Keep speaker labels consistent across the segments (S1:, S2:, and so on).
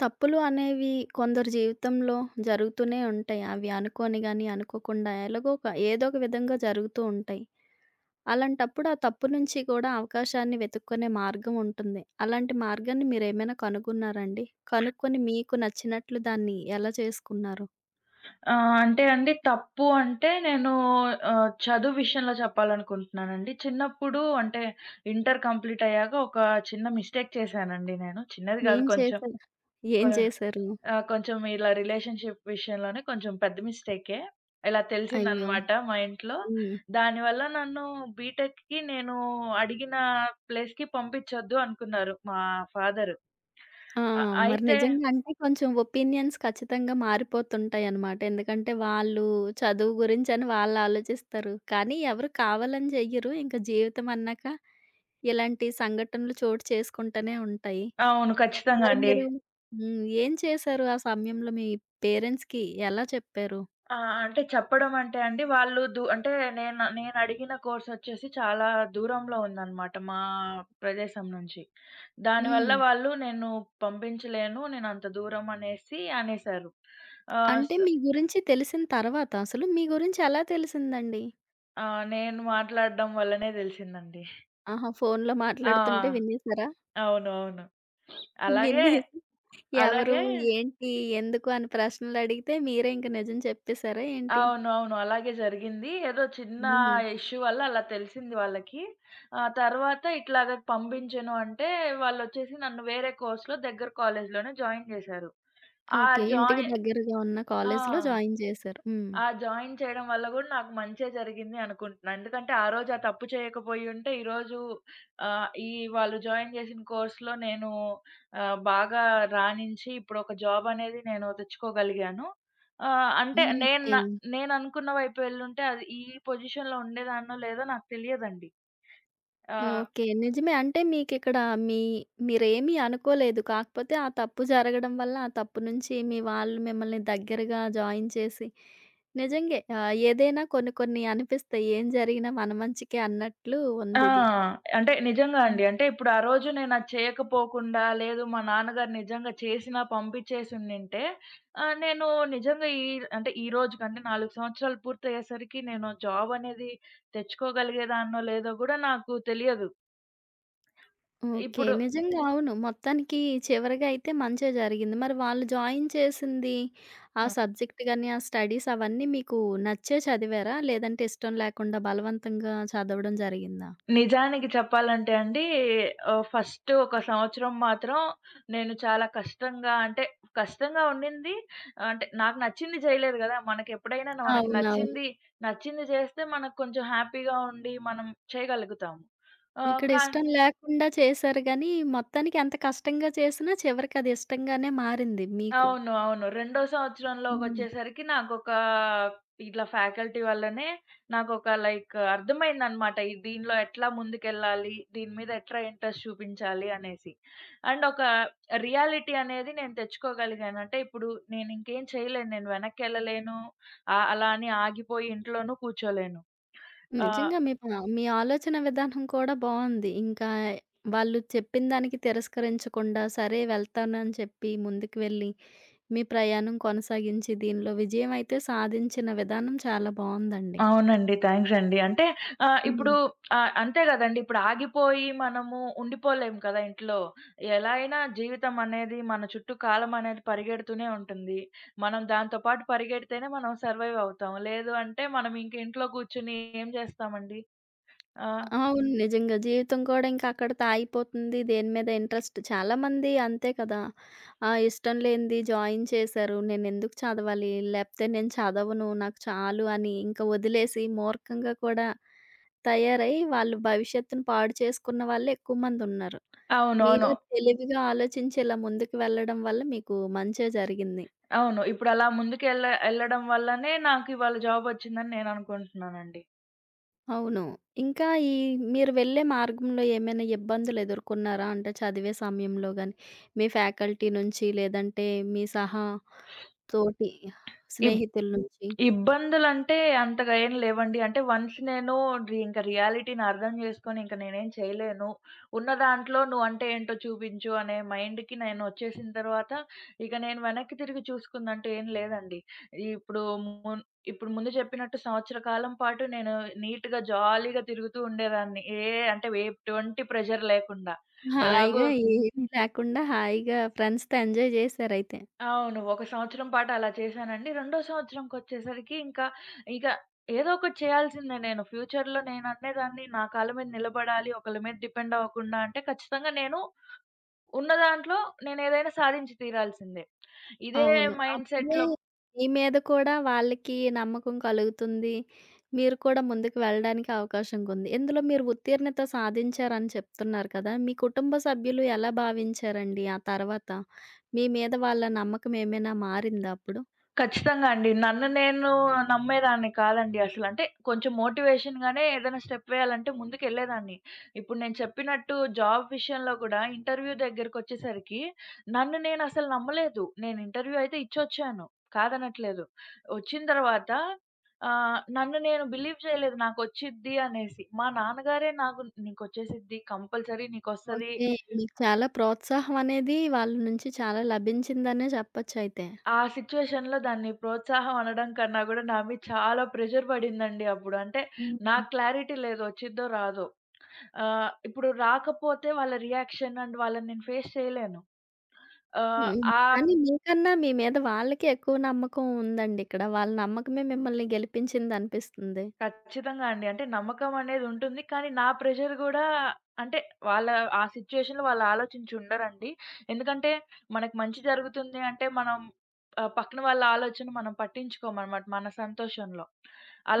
S1: తప్పులు అనేవి కొందరి జీవితంలో జరుగుతూనే ఉంటాయి. అవి అనుకోని గాని, అనుకోకుండా ఎలాగో ఒక ఏదో ఒక విధంగా జరుగుతూ ఉంటాయి. అలాంటప్పుడు ఆ తప్పు నుంచి కూడా అవకాశాన్ని వెతుక్కునే మార్గం ఉంటుంది. అలాంటి మార్గాన్ని మీరేమైనా కనుగొన్నారా అండి? కనుక్కొని మీకు నచ్చినట్లు దాన్ని ఎలా చేసుకున్నారు?
S2: ఆ! అంటే అండి, తప్పు చదువు విషయంలో చెప్పాలనుకుంటున్నానండి. చిన్నప్పుడు అంటే ఇంటర్ కంప్లీట్ అయ్యాక ఒక చిన్న మిస్టేక్ చేశానండి నేను. చిన్నది గాదు,
S1: ఏం
S2: కొంచెం
S1: చేశారు? ఏం
S2: కొ
S1: చేశారు?
S2: కొంచెం ఇలా రిలేషన్‌షిప్ విషయంలోనే కొంచెం పెద్ద మిస్టేకే. ఇలా
S1: అయ్యో!
S2: తెలిసిందనమాట మా ఇంట్లో.
S1: హ్మ్.
S2: దానివల్ల నన్ను బీటెక్‌కి నేను అడిగిన ప్లేస్‌కి పంపించొద్దు అనుకున్నారు మా ఫాదరు.
S1: ఆ! మరి
S2: అయితే
S1: నిజంగా అంటే కొంచెం ఒపీనియన్స్ ఖచ్చితంగా మారిపోతుంటాయన్నమాట. ఎందుకంటే వాళ్ళు చదువు గురించని వాళ్ళు ఆలోచిస్తారు. కానీ ఎవరు కావాలని చెయ్యరు. ఇంక జీవితం అన్నాక ఇలాంటి సంఘటనలు చోటు చేసుకుంటూనే ఉంటాయి.
S2: అవును, ఖచ్చితంగా
S1: మరి
S2: అండి.
S1: మీరు హ్మ్. ఏం చేశారు ఆ సమయంలో మీ పేరెంట్స్‌కి ఎలా చెప్పారు?
S2: ఆ! అంటే చెప్పడం అంటే అండి, వాళ్ళు దు అంటే నేనడిగిన కోర్సొచ్చేసి చాలా దూరంలో ఉందనమాట మా ప్రదేశం నుంచి. దానివల్ల
S1: హ్మ్.
S2: వాళ్ళు "నేను పంపించలేను, నేనంత దూరం" అనేసి అనేశారు. ఆహ్,
S1: అంటే
S2: స్
S1: మీ గురించి తెలిసిన తర్వాత అసలు మీ గురించి ఎలా తెలిసిందండి?
S2: నేను మాట్లాడడం వల్లనే తెలిసిందండి.
S1: ఆహా! ఫోన్‌లో
S2: ఆ!
S1: మాట్లాడుతుంటే వినేసారా?
S2: అవును, అవును. అలాగే,
S1: విన్నేసి ఎవరు?
S2: అలాగే
S1: ఏంటి? ఎందుకు? అని ప్రశ్నలడిగితే మీరే ఇంక నిజం చెప్పేసారా ఏంటి?
S2: అవును, అవును, అలాగే జరిగింది. ఏదో చిన్న
S1: హ్మ్.
S2: ఇష్యూ వల్ల అలా తెలిసింది వాళ్ళకి. ఆ తర్వాత "ఇట్లాగ పంపించను" అంటే వాళ్ళొచ్చేసి నన్ను వేరే కోర్స్‌లో, దగ్గర కాలేజ్‌లోనే జాయిన్ చేశారు. ఆ
S1: ఓకే. ఇంటికి
S2: జాయి
S1: దగ్గరగా ఉన్న కాలేజీలో
S2: ఆ!
S1: జాయిన్ చేశారు. హ్మ్.
S2: ఆ! జాయిన్ చేయడం వల్ల గూడా నాకు మంచే జరిగింది అనుకుంటున్నా. ఎందుకంటే, ఆ రోజు ఆ తప్పు చేయకపోయుంటే ఈరోజు ఆహ్, ఈ వాళ్ళు జాయిన్ చేసిన కోర్స్‌లో నేను బాగా రాణించి ఇప్పుడొక జాబ్ అనేది నేను తెచ్చుకోగలిగాను. అంటే
S1: హ్మ్.
S2: నేను
S1: ఓకే.
S2: న నేననుకున్న వైపు ఎళ్ళుంటే అది ఈ పొజిషన్‌లో ఉండేదాన్నో లేదో నాకు తెలియదండి. ఆ!
S1: ఓకే. నిజమే. అంటే మీకిక్కడ మీ మీరేమి అనుకోలేదు. కాకపోతే ఆ తప్పు జరగడం వల్ల, ఆ తప్పు నుంచి మీ వాళ్ళు మిమ్మల్ని దగ్గరగా జాయిన్ చేసి నిజంగే ఏదైనా కొన్ని కొన్ని అనిపిస్తాయి. ఏం జరిగినా మన మంచికే అన్నట్లు
S2: ఆ!
S1: ఉందిది.
S2: అంటే నిజంగా అండి. అంటే ఇప్పుడు ఆ రోజు నేనది చేయకపోకుండా, లేదు మా నాన్నగారు నిజంగా చేసినా పంపించేసుండింటే నేను నిజంగా ఈ రోజుకంటే 4 సంవత్సరాలు పూర్తయ్యేసరికి నేను జాబ్ అనేది తెచ్చుకోగలిగేదాన్నో లేదో గూడా నాకు తెలియదు.
S1: ఓకే.
S2: ఇప్పుడు
S1: నిజంగా అవును. మొత్తానికి చివరగా అయితే మంచే జరిగింది. మరి వాళ్ళు జాయిన్ చేసింది ఆ
S2: ఆ!
S1: సబ్జెక్ట్ గాని, ఆ స్టడీస్ అవన్నీ మీకు నచ్చే చదివారా? లేదంటే ఇష్టం లేకుండా బలవంతంగా చదవడం జరిగిందా?
S2: నిజానికి చెప్పాలంటే అండి, ఫస్ట్ ఒక సంవత్సరం మాత్రం నేను చాలా కష్టంగా ఉండింది. అంటే నాకు నచ్చింది చేయలేదు గదా! మనకెప్పుడైనా మనకి
S1: అవునవును.
S2: నచ్చింది చేస్తే మనకు కొంచెం హ్యాపీగా ఉండి మనం చేయగలుగుతాము. ఆహ్,
S1: ఇక్కడ
S2: కా
S1: ఇష్టం లేకుండా చేశారు గానీ, మొత్తానికి ఎంత కష్టంగా చేసినా చివరికి అది ఇష్టంగానే మారింది మీకు.
S2: అవును, అవును. రెండో
S1: హ్మ్.
S2: సంవత్సరంలోకొచ్చేసరికి ఇట్లా ఫ్యాకల్టీ వల్లనే నాకొక లైక్ అర్థమైందనమాట. దీనిలో ఎట్లా ముందుకెళ్ళాలి? దీని మీద ఎట్లా ఇంట్రెస్ట్ చూపించాలి అనేసి. అండ్ ఒక రియాలిటీ అనేది నేను తెచ్చుకోగలిగాను. అంటే ఇప్పుడు నేనింకేం చేయలేను, నేను వెనక్కెళ్ళలేను, అలా అని ఆగిపోయి ఇంట్లోనూ కూర్చోలేను. ఆహ్
S1: నిజంగా మీ ఆలోచన విధానం కూడా బావుంది. ఇంకా వాళ్ళు చెప్పిన దానికి తిరస్కరించకుండా, సరే వెళ్తాను అని చెప్పి ముందుకు వెళ్ళి మీ ప్రయాణం కొనసాగించి దీనిలో విజయం అయితే సాధించిన విధానం చాలా బావుందండి.
S2: అవునండి. థాంక్స్ అండి. అంటే ఆహ్, ఇప్పుడు
S1: హ్మ్.
S2: ఆహ్, అంతే గదండీ. ఇప్పుడు ఆగిపోయి మనము ఉండిపోలేము కదా ఇంట్లో. ఎలా అయినా జీవితం అనేది మన చుట్టూ కాలం అనేది పరిగెడుతూనే ఉంటుంది. మనం దాంతో పాటు పరిగెడితేనే మనం సర్వైవ్ అవుతాం. లేదు అంటే మనం ఇంక ఇంట్లో కూర్చొని ఏం జేస్తామండి? ఆ!
S1: అవును. నిజంగా జీవితం కూడా ఇంకా అక్కడితో ఆగిపోతుంది. దేని మీద ఇంట్రెస్ట్ చాలామంది అంతే కదా! ఇష్టం లేనిది జాయిన్ చేశారు. నేనెందుకు చదవాలి? లేపోతే నేను చదవను. నాకు చాలు అని ఇంకా వదిలేసి మూర్ఖంగా కూడా తయారై వాళ్ళు భవిష్యత్తును పాడు చేసుకున్న వాళ్ళే ఎక్కువ మందున్నారు.
S2: అవునవును.
S1: మీలో తెలివిగా ఆలోచించి ఇలా ముందుకు వెళ్ళడం వల్ల మీకు మంచే జరిగింది.
S2: అవును. ఇప్పుడు అలా ఎళ్ళడం వల్లనే నాకు ఇవాళ జాబొచ్చిందని నేను అనుకుంటున్నానండి.
S1: అవును. ఇంకా ఈ మీరు వెళ్ళే మార్గంలో ఏమైనా ఇబ్బందులెదుర్కొన్నారా? అంటే చదివే సమయంలో గాని, మీ ఫ్యాకల్టీ నుంచి లేదంటే మీ సహా తోటి
S2: ఇప్
S1: స్నేహితుల నుంచి?
S2: ఇబ్బందులంటే అంతగా ఏం లేవండి. అంటే వన్స్ నేను రి ఇంక రియాలిటీని అర్థం చేసుకొని, ఇంక నేనేం చేయలేను, ఉన్న దాంట్లో నువ్వంటే ఏంటో చూపించు అనే మైండ్‌కి నేనొచ్చేసిన తర్వాత ఇక నేను వెనక్కి తిరిగి చూసుకుందంటూ ఏం లేదండి. ఇప్పుడు మున్ ఇప్పుడు ముందు చెప్పినట్టు సంవత్సర కాలం పాటు నేను నీట్‌గా జాలీగా తిరుగుతూ ఉండేదాన్ని. ఏ అంటే ఏ ఎటువంటి ప్రెషర్ లేకుండా. ఎలాగో
S1: హాయిగా ఏమీ లేకుండా హాయిగా ఫ్రెండ్స్‌తో ఎంజాయ్ జేసారైతే.
S2: అవును. ఒక సంవత్సరం పాటు అలా చేశానండి. రెండో సంవత్సరంకొచ్చేసరికి ఇంకా, ఇక ఏదో ఒకటి చేయాల్సిందే నేను. ఫ్యూచర్‌లో నేననేదాన్ని నా కాళ్ళ మీద నిలబడాలి, ఒకళ్ళ మీద డిపెండ్ అవ్వకుండా. అంటే ఖచ్చితంగా నేను ఉన్న దాంట్లో నేనేదైనా సాధించి తీరాల్సిందే. ఇదే
S1: అవును. అప్పుడే
S2: మైండ్‌సెట్‌లో.
S1: మీ మీద కూడా వాళ్ళకి నమ్మకం కలుగుతుంది. మీరు కూడా ముందుకు వెళ్ళడానికి అవకాశంకుంది. ఇందులో మీరు ఉత్తీర్ణత సాధించారని చెప్తున్నారు కదా! మీ కుటుంబ సభ్యులు ఎలా భావించారండి ఆ తర్వాత? మీ మీద వాళ్ళ నమ్మకం ఏమైనా మారిందా అప్పుడు?
S2: ఖచ్చితంగా అండి. నన్ను నేను నమ్మేదాన్ని కాదండి అసలు. అంటే కొంచెం మోటివేషన్‌గానే ఏదైనా స్టెప్ వేయాలంటే ముందుకెళ్ళేదాన్ని. ఇప్పుడు నేను చెప్పినట్టు జాబ్ విషయంలో గూడా ఇంటర్వ్యూ దగ్గరకొచ్చేసరికి నన్ను నేనసలు నమ్మలేదు. నేను ఇంటర్వ్యూ అయితే ఇచ్చొచ్చాను, కాదనట్లేదు. వచ్చిన తర్వాత నన్ను నేను బిలీవ్ చేయలేదు నాకొచ్చిద్ది అనేసి. మా నాన్నగారే నాకు "నీకొచ్చేసిద్ది, కంపల్సరీ నీకొస్తది"
S1: ఓకే. మీకు చాలా ప్రోత్సాహం అనేది వాళ్ళ నుంచి చాలా లభించిందనే చెప్పొచ్చయితే.
S2: ఆ సిట్యుయేషన్‌లో దాన్ని ప్రోత్సాహం అనడం కన్నా గూడా నా మీద చాలా ప్రెషర్ పడిందండి అప్పుడు. అంటే నాకు
S1: హ్మ్.
S2: క్లారిటీ లేదు, వచ్చిద్దో రాదో. ఇప్పుడు రాకపోతే వాళ్ళ రియాక్షన్ అండ్ వాళ్ళని నేను ఫేస్ చేయలేను. ఆహ్,
S1: హ్మ్.
S2: ఆ
S1: కానీ మీకన్నా మీ మీద వాళ్ళకే ఎక్కువ నమ్మకం ఉందండిక్కడ. వాళ్ళ నమ్మకమే మిమ్మల్ని గెలిపించిందనిపిస్తుంది.
S2: ఖచ్చితంగా అండి. అంటే నమ్మకం అనేదుంటుంది, కానీ నా ప్రెషర్ గూడా. అంటే వాళ్ళ ఆ సిట్యుయేషన్‌లో వాళ్ళు ఆలోచించి ఉండరండి. ఎందుకంటే మనకు మంచి జరుగుతుంది అంటే మనం పక్కన వాళ్ళ ఆలోచన మనం పట్టించుకోమనమాట మన సంతోషంలో.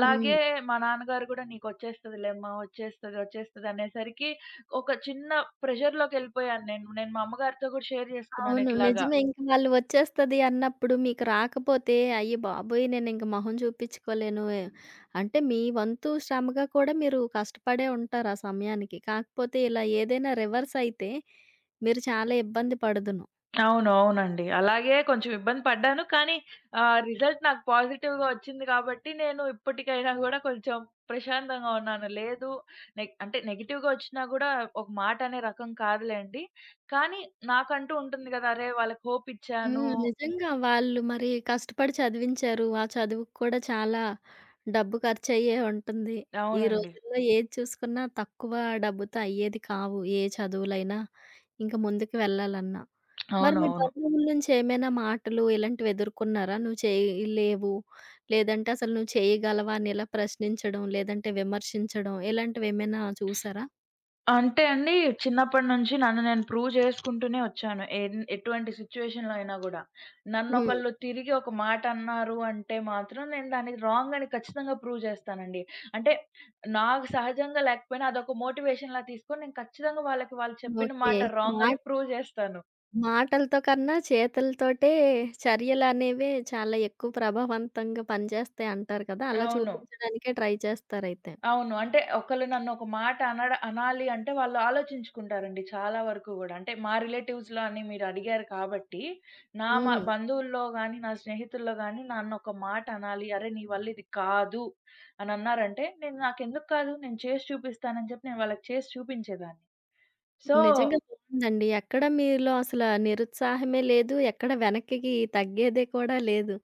S1: హ్మ్.
S2: మా నాన్నగారు గూడా "నీకొచ్చేస్తదిలేమ్మా, వచ్చేస్తది, వచ్చేస్తది" అనేసరికి ఒక చిన్న ప్రెషర్‌లోకెళ్ళిపోయాను నేను. నేను మా అమ్మగారితో గూడా షేర్ జేసుకున్నాను
S1: అవును.
S2: ఇట్లాగ.
S1: నిజమే. ఇంక వాళ్ళు వచ్చేస్తది అన్నప్పుడు మీకు రాకపోతే, అయ్య బాబోయ్! నేనింక మొహం చూపించుకోలేను. అంటే మీ వంతు శ్రమగా కూడా మీరు కష్టపడే ఉంటారు ఆ సమయానికి. కాకపోతే ఇలా ఏదైనా రివర్స్ అయితే, మీరు చాలా ఇబ్బంది పడుదును.
S2: అవును, అవునండి. అలాగే కొంచెం ఇబ్బంది పడ్డాను. కానీ రిజల్ట్ నాకు పాజిటివ్‌గా వచ్చింది కాబట్టి నేను ఇప్పటికైనా గూడా కొంచెం ప్రశాంతంగా ఉన్నాను. లేదు, నె అంటే నెగెటివ్‌గా వచ్చినా గూడా ఒక మాట అనే రకం కాదులెండి. కానీ నాకంటూ ఉంటుంది గదా! అరే, వాళ్ళకి హోప్ ఇచ్చాను.
S1: హ్మ్. నిజంగా వాళ్ళు మరి కష్టపడి చదివించారు. ఆ చదువుకు కూడా చాలా డబ్బు ఖర్చయ్యే ఉంటుంది. ఈ
S2: అవునండి.
S1: రోజుల్లో ఏది చూసుకున్నా తక్కువ డబ్బుతో అయ్యేది కావు. ఏ చదువులైనా, ఇంక ముందుకు వెళ్ళాలన్నా. మరి మీ
S2: అవునవును.
S1: బంధువుల నుంచి ఏమైనా మాటలు ఇలాంటివి ఎదుర్కొన్నారా? నువ్వు చేయలేవు, లేదంటే అసలు నువ్వు చేయగలవా అని ఇలా ప్రశ్నించడం, లేదంటే విమర్శించడం ఇలాంటివేమైనా చూసారా?
S2: అంటే అండి, చిన్నప్పటి నుంచి నన్ను నేను ప్రూవ్ చేసుకుంటూనే వచ్చాను, ఎటువంటి సిట్యుయేషన్‌లో అయినా గూడా.
S1: హ్మ్.
S2: నన్నొకళ్ళు తిరిగి ఒక మాట అన్నారు అంటే మాత్రం నేను దానికి రాంగ్ అని ఖచ్చితంగా ప్రూవ్ చేస్తానండి. అంటే నాకు సహజంగా లేకపోయినా అదొక మోటివేషన్‌లా తీసుకొని నేను ఖచ్చితంగా వాళ్ళకి వాళ్ళు చెప్పిన
S1: ఓకే.
S2: మాట రాంగ్
S1: మా
S2: అని ప్రూవ్ చేస్తాను.
S1: మాటలతో కన్నా చేతులతోటే చర్యలనేవే చాలా ఎక్కువ ప్రభావవంతంగా పనిచేస్తాయి అంటారు కదా! అలా
S2: అవును,
S1: చూపించడానికే ట్రై చేస్తారైతే.
S2: అవును. అంటే ఒకళ్ళు నన్ను ఒక మాట అనాలి అంటే వాళ్ళు ఆలోచించుకుంటారండి చాలా వరకు గూడా. అంటే మా రిలేటివ్స్‌లో అని మీరు అడిగారు కాబట్టి, మా
S1: హ్మ్.
S2: బంధువుల్లో గాని, నా స్నేహితుల్లో గాని నన్నొక మాట అనాలి "అరె, నీ వల్ల ఇది కాదు" అని అన్నారంటే, నేను "నాకెందుకు కాదు? నేను చేసి చూపిస్తాను" అని చెప్పి నేను వాళ్ళకి చేసి చూపించేదాన్ని. సో
S1: నిజంగా బావుందండి. ఎక్కడ మీలో అసల నిరుత్సాహమే లేదు. ఎక్కడ వెనక్కికి తగ్గేదే కూడా లేదు.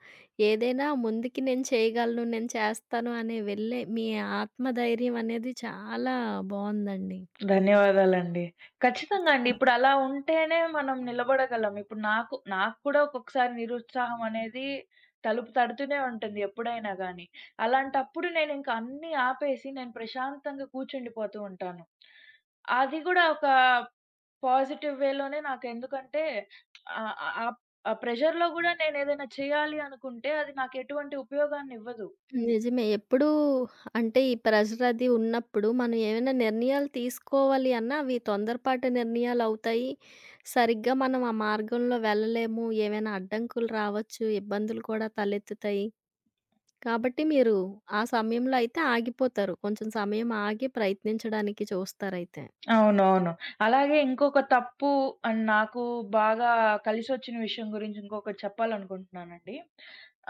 S1: ఏదైనా ముందుకి నేను చేయగలను, నేను చేస్తాను అనే వెళ్ళే మీ ఆత్మధైర్యం అనేది చాలా బావుందండి.
S2: ధన్యవాదాలండి. ఖచ్చితంగా అండి.
S1: హ్మ్.
S2: ఇప్పుడు అలా ఉంటేనే మనం నిలబడగలం. ఇప్పుడు నాకు నాకు కూడా ఒక్కొక్కసారి నిరుత్సాహం అనేది తలుపు తడుతూనే ఉంటుంది ఎప్పుడైనా గానీ. అలాంటప్పుడు నేనింక అన్నీ ఆపేసి నేను ప్రశాంతంగా కూర్చుండిపోతూ ఉంటాను. అది గూడా ఒక పాజిటివ్ వేలోనే. నాకెందుకంటే, ఆహ్, ఆహ్, ఆ ప్రెషర్‌లో గూడా నేనేదైనా చేయాలి అనుకుంటే అది నాకెటువంటి ఉపయోగాన్నివ్వదు.
S1: నిజమే. ఎప్పుడూ అంటే ఈ ప్రెషర్ అది ఉన్నప్పుడు మనం ఏమైనా నిర్ణయాలు తీసుకోవాలి అన్నా అవి తొందరపాటు నిర్ణయాలవుతాయి. సరిగ్గా మనం ఆ మార్గంలో వెళ్ళలేము. ఏవైనా అడ్డంకులు రావచ్చు, ఇబ్బందులు కూడా తలెత్తుతాయి. కాబట్టి మీరు ఆ సమయంలో అయితే ఆగిపోతారు. కొంచెం సమయం ఆగి ప్రయత్నించడానికి చూస్తారైతే.
S2: అవునవును. అలాగే ఇంకొక తప్పు అండ్ నాకు బాగా కలిసొచ్చిన విషయం గురించి ఇంకొకటి చెప్పాలనుకుంటున్నానండి.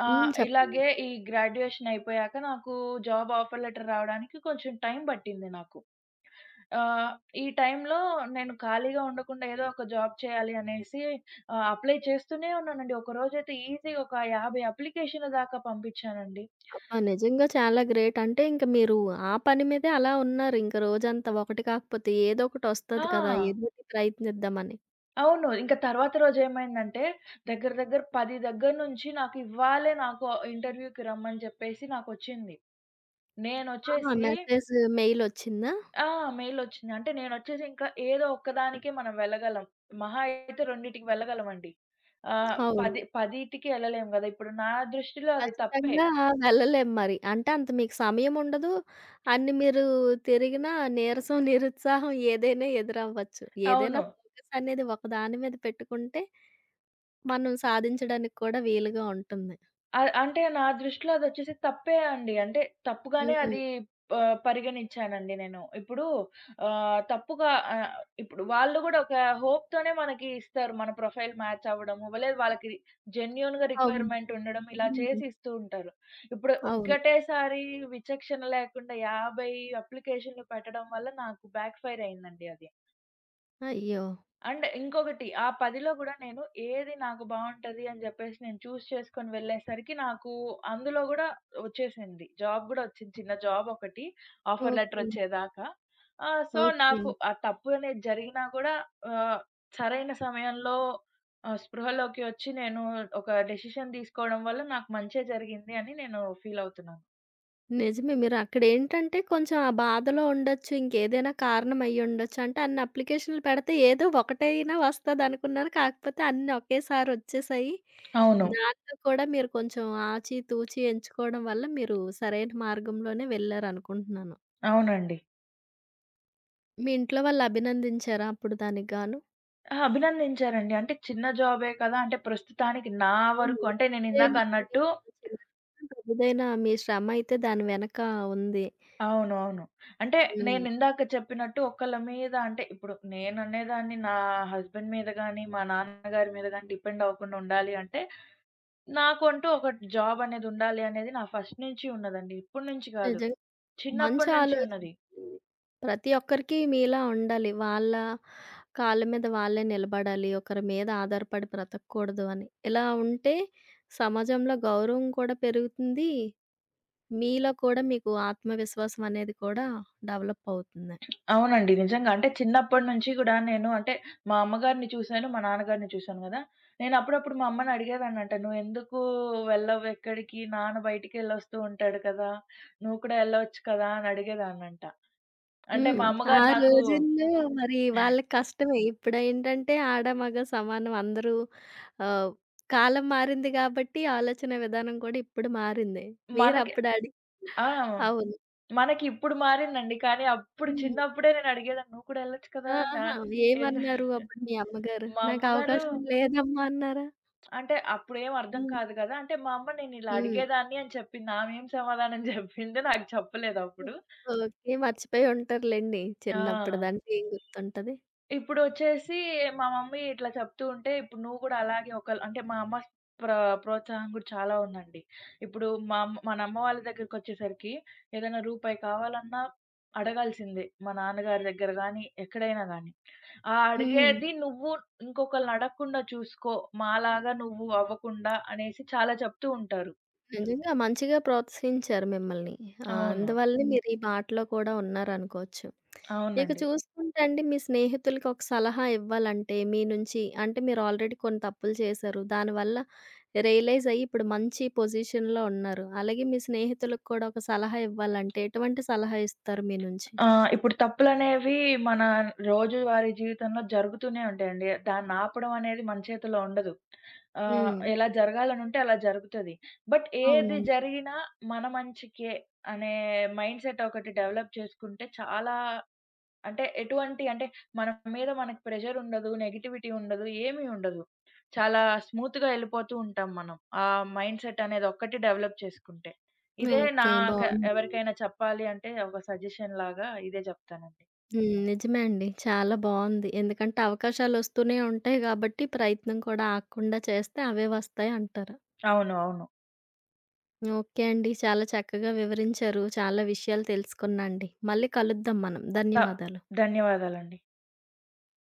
S1: హ్మ్. చెప్పండి.
S2: ఇలాగే ఈ గ్రాడ్యుయేషన్ అయిపోయాక నాకు జాబ్ ఆఫర్ లెటర్ రావడానికి కొంచెం టైం పట్టింది నాకు. ఆహ్, ఈ టైంలో నేను ఖాళీగా ఉండకుండా ఏదో ఒక జాబ్ చేయాలి అనేసి అప్లై చేస్తూనే ఉన్నానండి. ఒకరోజైతే ఈజీగా ఒక 50 అప్లికేషన్‌ల దాకా పంపించానండి.
S1: అబ్బా! నిజంగా చాలా గ్రేట్. అంటే ఇంక మీరు ఆ పని మీదే అలా ఉన్నారు. ఇంక రోజంతా ఒకటి కాకపోతే
S2: ఆ!
S1: ఏదోకటొస్తది కదా! ఏదోటి ప్రయత్నిద్దామని.
S2: అవును. ఇంక తర్వాత రోజేమైందంటే, దగ్గర దగ్గర 10 దగ్గర నుంచి నాకు ఇంటర్వ్యూకి రమ్మని చెప్పేసి నాకొచ్చింది.
S1: ఆహా!
S2: నేనొచ్చేసి
S1: మెసేజ్, మెయిలొచ్చిందా?
S2: ఆ! మెయిలొచ్చింది. అంటే నేనొచ్చేసి ఇంకా ఏదో ఒక్కదానికే మనం వెళ్ళగలం. మహా అయితే రెండిటికి వెళ్ళగలమండి. ఆహ్,
S1: అవును.
S2: హ్మ్. 10కి ఎళ్ళలేం గదా! ఇప్పుడు నా దృష్టిలో అది తప్పే.
S1: ఖచ్చితంగా వెళ్ళలేము మరి. అంటే అంత మీకు సమయం ఉండదు. అన్ని మీరు తిరిగినా నీరసం, నిరుత్సాహం ఏదైనా ఎదురవ్వచ్చు. ఏదైనా
S2: అవును.
S1: ఫోకస్ అనేది ఒక దాని మీద పెట్టుకుంటే మనం సాధించడానికి కూడా వీలుగా ఉంటుంది.
S2: అ అంటే నా దృష్టిలో అదొచ్చేసి తప్పే అండి. అంటే తప్పుగానే
S1: హ్మ్.
S2: అది ప పరిగణించానండి నేను. ఇప్పుడు ఆహ్, తప్పుగా ఆహ్, ఇప్పుడు వాళ్ళు గూడా ఒక హోప్‌తోనే మనకి ఇస్తారు, మన ప్రొఫైల్ మ్యాచ్ అవ్వడము, లేదు వాళ్ళకి జెన్యూన్‌గా
S1: అవును.
S2: రిక్వైర్‌మెంట్ ఉండడం ఇలా
S1: హ్మ్.
S2: చేసి ఇస్తూ ఉంటారు. ఇప్పుడు
S1: అవును.
S2: ఒక్కటేసారి విచక్షణ లేకుండా 50 అప్లికేషన్‌లు పెట్టడం వల్ల నాకు బ్యాక్ ఫైర్ అయిందండి అది.
S1: అయ్యో!
S2: అండ్ ఇంకొకటి, ఆ 10లో గూడా నేను ఏది నాకు బావుంటది అని జెప్పేసి నేను చేసుకొని వెళ్ళేసరికి నాకు అందులో గూడా ఒచ్చేసింది. జాబ్ గూడా ఒచ్చింది, చిన్న జాబ్ ఒకటి ఆఫర్ లెటర్
S1: ఓకే.
S2: ఒచ్చేదాకా.
S1: ఓకే.
S2: నాకు ఆ తప్పు అనేది జరిగినా గూడా ఆహ్, సరైన సమయంలో స్పృహలోకి ఒచ్చి నేను ఒక డెసిషన్ తీసుకోవడం వల్ల నాకు మంచే జరిగింది అని నేను ఫీల్ అవుతున్నాను.
S1: నిజమే. మీరక్కడేంటంటే కొంచెం ఆ బాధలో ఉండొచ్చు. ఇంకేదైనా కారణం అయ్యుండొచ్చు. అంటే అన్ని అప్లికేషన్‌లు పెడితే ఏదో ఒకటైనా వస్తదనుకున్నారు. కాకపోతే అన్నీ ఒకేసారొచ్చేసాయి.
S2: అవును,
S1: దాంట్లో కూడా మీరు కొంచెం ఆచితూచి ఎంచుకోవడం వల్ల మీరు సరైన మార్గంలోనే వెళ్లారనుకుంటున్నాను.
S2: అవునండి.
S1: మీ ఇంట్లో వాళ్ళు అభినందించారా అప్పుడు దానికి గాను?
S2: అభినందించారండి. అంటే చిన్న జాబే కదా! అంటే ప్రస్తుతానికి నా
S1: హ్మ్. హ్మ్.
S2: వరకు, అంటే నేనిందాక
S1: ఎంతైనా అండి
S2: అన్నట్టు.
S1: మన చిన్నదైనా, పెద్దదైనా మీ శ్రమయితే దాని వెనక ఉంది.
S2: అవునవును. అంటే
S1: హ్మ్.
S2: నేనిందాక చెప్పినట్టు ఒకళ్ళ మీద, అంటే ఇప్పుడు నేననేదాన్ని నా హస్బెండ్ మీద గాని, మా నాన్నగారి మీద గాని డిపెండ్ అవ్వకుండా ఉండాలి అంటే, నాకంటూ ఒక జాబ్ అనేదుండాలి అనేది నా ఫస్ట్ నుంచి ఉన్నదండి. ఇప్పటి నుంచి కాదు,
S1: నిజంగా మంచి
S2: చిన్నప్పటి నుంచి
S1: ఆలోచన.
S2: ఉన్నది.
S1: ప్రతి ఒక్కరికి మీలా ఉండాలి. వాళ్ళ కాళ్ళ మీద వాళ్ళే నిలబడాలి. ఒకరి మీద ఆధారపడి బ్రతకూడదు అని. ఇలా ఉంటే సమాజంలో గౌరవం కూడా పెరుగుతుంది. మీలో కూడా మీకు ఆత్మవిశ్వాసం అనేది కూడా డెవలప్ అవుతుంది.
S2: అవునండి, నిజంగా. అంటే చిన్నప్పటి నుంచి గూడా నేను, అంటే మా అమ్మగారిని చూసాను, మా నాన్నగారిని చూసాను గదా! నేనప్పుడప్పుడు మా అమ్మని అడిగేదాన్నంట, "నువ్వెందుకు వెళ్ళవు ఎక్కడికి? నాన్న బయటికెళ్ళొస్తూ ఉంటాడు కదా! నువ్వు కూడా ఎళ్ళొచ్చు కదా!" అని అడిగేదాన్నంట. అంటే
S1: హ్మ్.
S2: మా
S1: ఆ
S2: అమ్మగారు నాకు
S1: రోజుల్లో మరి వాళ్ళకి కష్టమే. ఇప్పుడేంటంటే ఆడ, మగ సమానం అందరూ ఆహ్, కాలం మారింది గాబట్టి ఆలోచన విధానం కూడా ఇప్పుడు మారింది.
S2: మనకి
S1: మీరప్పుడు అడి
S2: ఆ!
S1: అవును.
S2: మనకిప్పుడు మారిందండి. కానీ అప్పుడు
S1: హ్మ్.
S2: చిన్నప్పుడే నేను అడిగేదాన్ని, "నువ్వు కూడా ఎళ్ళొచ్చు కదా!" నా
S1: ఆహా!
S2: ఎందు
S1: ఏమన్నారు అప్పుడు మీ అమ్మగారు?
S2: మా అమ్మగారు
S1: "నాకవకాశం లేదమ్మా" అన్నారా?
S2: అంటే అప్పుడేం అర్థం
S1: హ్మ్.
S2: కాదు కదా! అంటే మా అమ్మ నేనిలా
S1: హ్మ్.
S2: అడిగేదాన్ని అని చెప్పింది. ఆమె ఏం సమాధానం చెప్పిందో నాకు చెప్పలేదప్పుడు.
S1: ఓకే. మర్చిపోయి ఉంటారులెండి.
S2: ఆ!
S1: చిన్నప్పటిదంటే ఏం గుర్తుంటది.
S2: ఇప్పుడొచ్చేసి మా మమ్మీ ఇట్లా చెప్తూ ఉంటే, ఇప్పుడు నువ్వు కూడా అలాగే ఒకళ్ అంటే మా అమ్మ ప్ర ప్రోత్సాహం కూడా చాలా ఉందండి. ఇప్పుడు మా అమ్మ మన అమ్మ వాళ్ళ దగ్గరికొచ్చేసరికి ఏదైనా రూపాయి కావాలన్నా అడగాల్సిందే, మా నాన్నగారి దగ్గర గానీ, ఎక్కడైనా గానీ.
S1: హ్మ్.
S2: అడిగేది నువ్వు ఇంకొకళ్ళని అడగకుండా చూసుకో, మాలాగా నువ్వు అవ్వకుండా అనేసి చాలా చెప్తూ ఉంటారు.
S1: నిజంగా మంచిగా ప్రోత్సహించారు మిమ్మల్ని.
S2: అవును,
S1: అందువల్లే మీరు ఈ బాటలో కూడా ఉన్నారనుకోవచ్చు. ఇక
S2: అవునండి.
S1: చూసుకుంటే అండి మీ స్నేహితులకి ఒక సలహా ఇవ్వాలంటే మీ నుంచి అంటే మీరు ఆల్రెడీ కొన్ని తప్పులు చేశారు. దానివల్ల రియలైజ్ అయ్యి ఇప్పుడు మంచి పొజిషన్‌లో ఉన్నారు. అలాగే మీ స్నేహితులకు కూడా ఒక సలహా ఇవ్వాలంటే ఎటువంటి సలహా ఇస్తారు మీ నుంచి?
S2: ఆ! ఇప్పుడు తప్పులనేవి మన రోజువారీ జీవితంలో జరుగుతూనే ఉంటాయండి. దాన్నాపడం అనేది మన చేతిలో ఉండదు.
S1: హ్మ్.
S2: ఎలా జరగాలనుంటే అలా జరుగుతది. బట్ ఏది
S1: అవునండి.
S2: జరిగినా మన మంచికే అనే మైండ్‌సెట్ ఒకటి డెవలప్ చేసుకుంటే చాలా, అంటే ఎటువంటి అంటే మన మీద మనకి ప్రెషరుండదు, నెగెటివిటీ ఉండదు, ఏమీ ఉండదు. చాలా స్మూత్‌గా ఎళ్ళిపోతూ ఉంటాం మనం, ఆ మైండ్‌సెట్ అనేదొక్కటి డెవలప్ చేసుకుంటే. ఇదే
S1: ఓకే.
S2: నాక
S1: బావుందండి.
S2: ఎవరికైనా చెప్పాలి అంటే ఒక సజెషన్ లాగా ఇదే చెప్తానండి.
S1: హ్మ్. నిజమే అండి. చాలా బావుంది. ఎందుకంటే అవకాశాలొస్తూనే ఉంటాయి గాబట్టి ప్రయత్నం కూడా ఆగకుండా చేస్తే అవే వస్తాయి అంటారు.
S2: అవును, అవును.
S1: ఓకే అండి. చాలా చక్కగా వివరించారు. చాలా విషయాలు తెలుసుకున్నా అండి. మళ్ళీ కలుద్దాం మనం.
S2: త
S1: ధన్యవాదాలు.
S2: ధన్యవాదాలండి.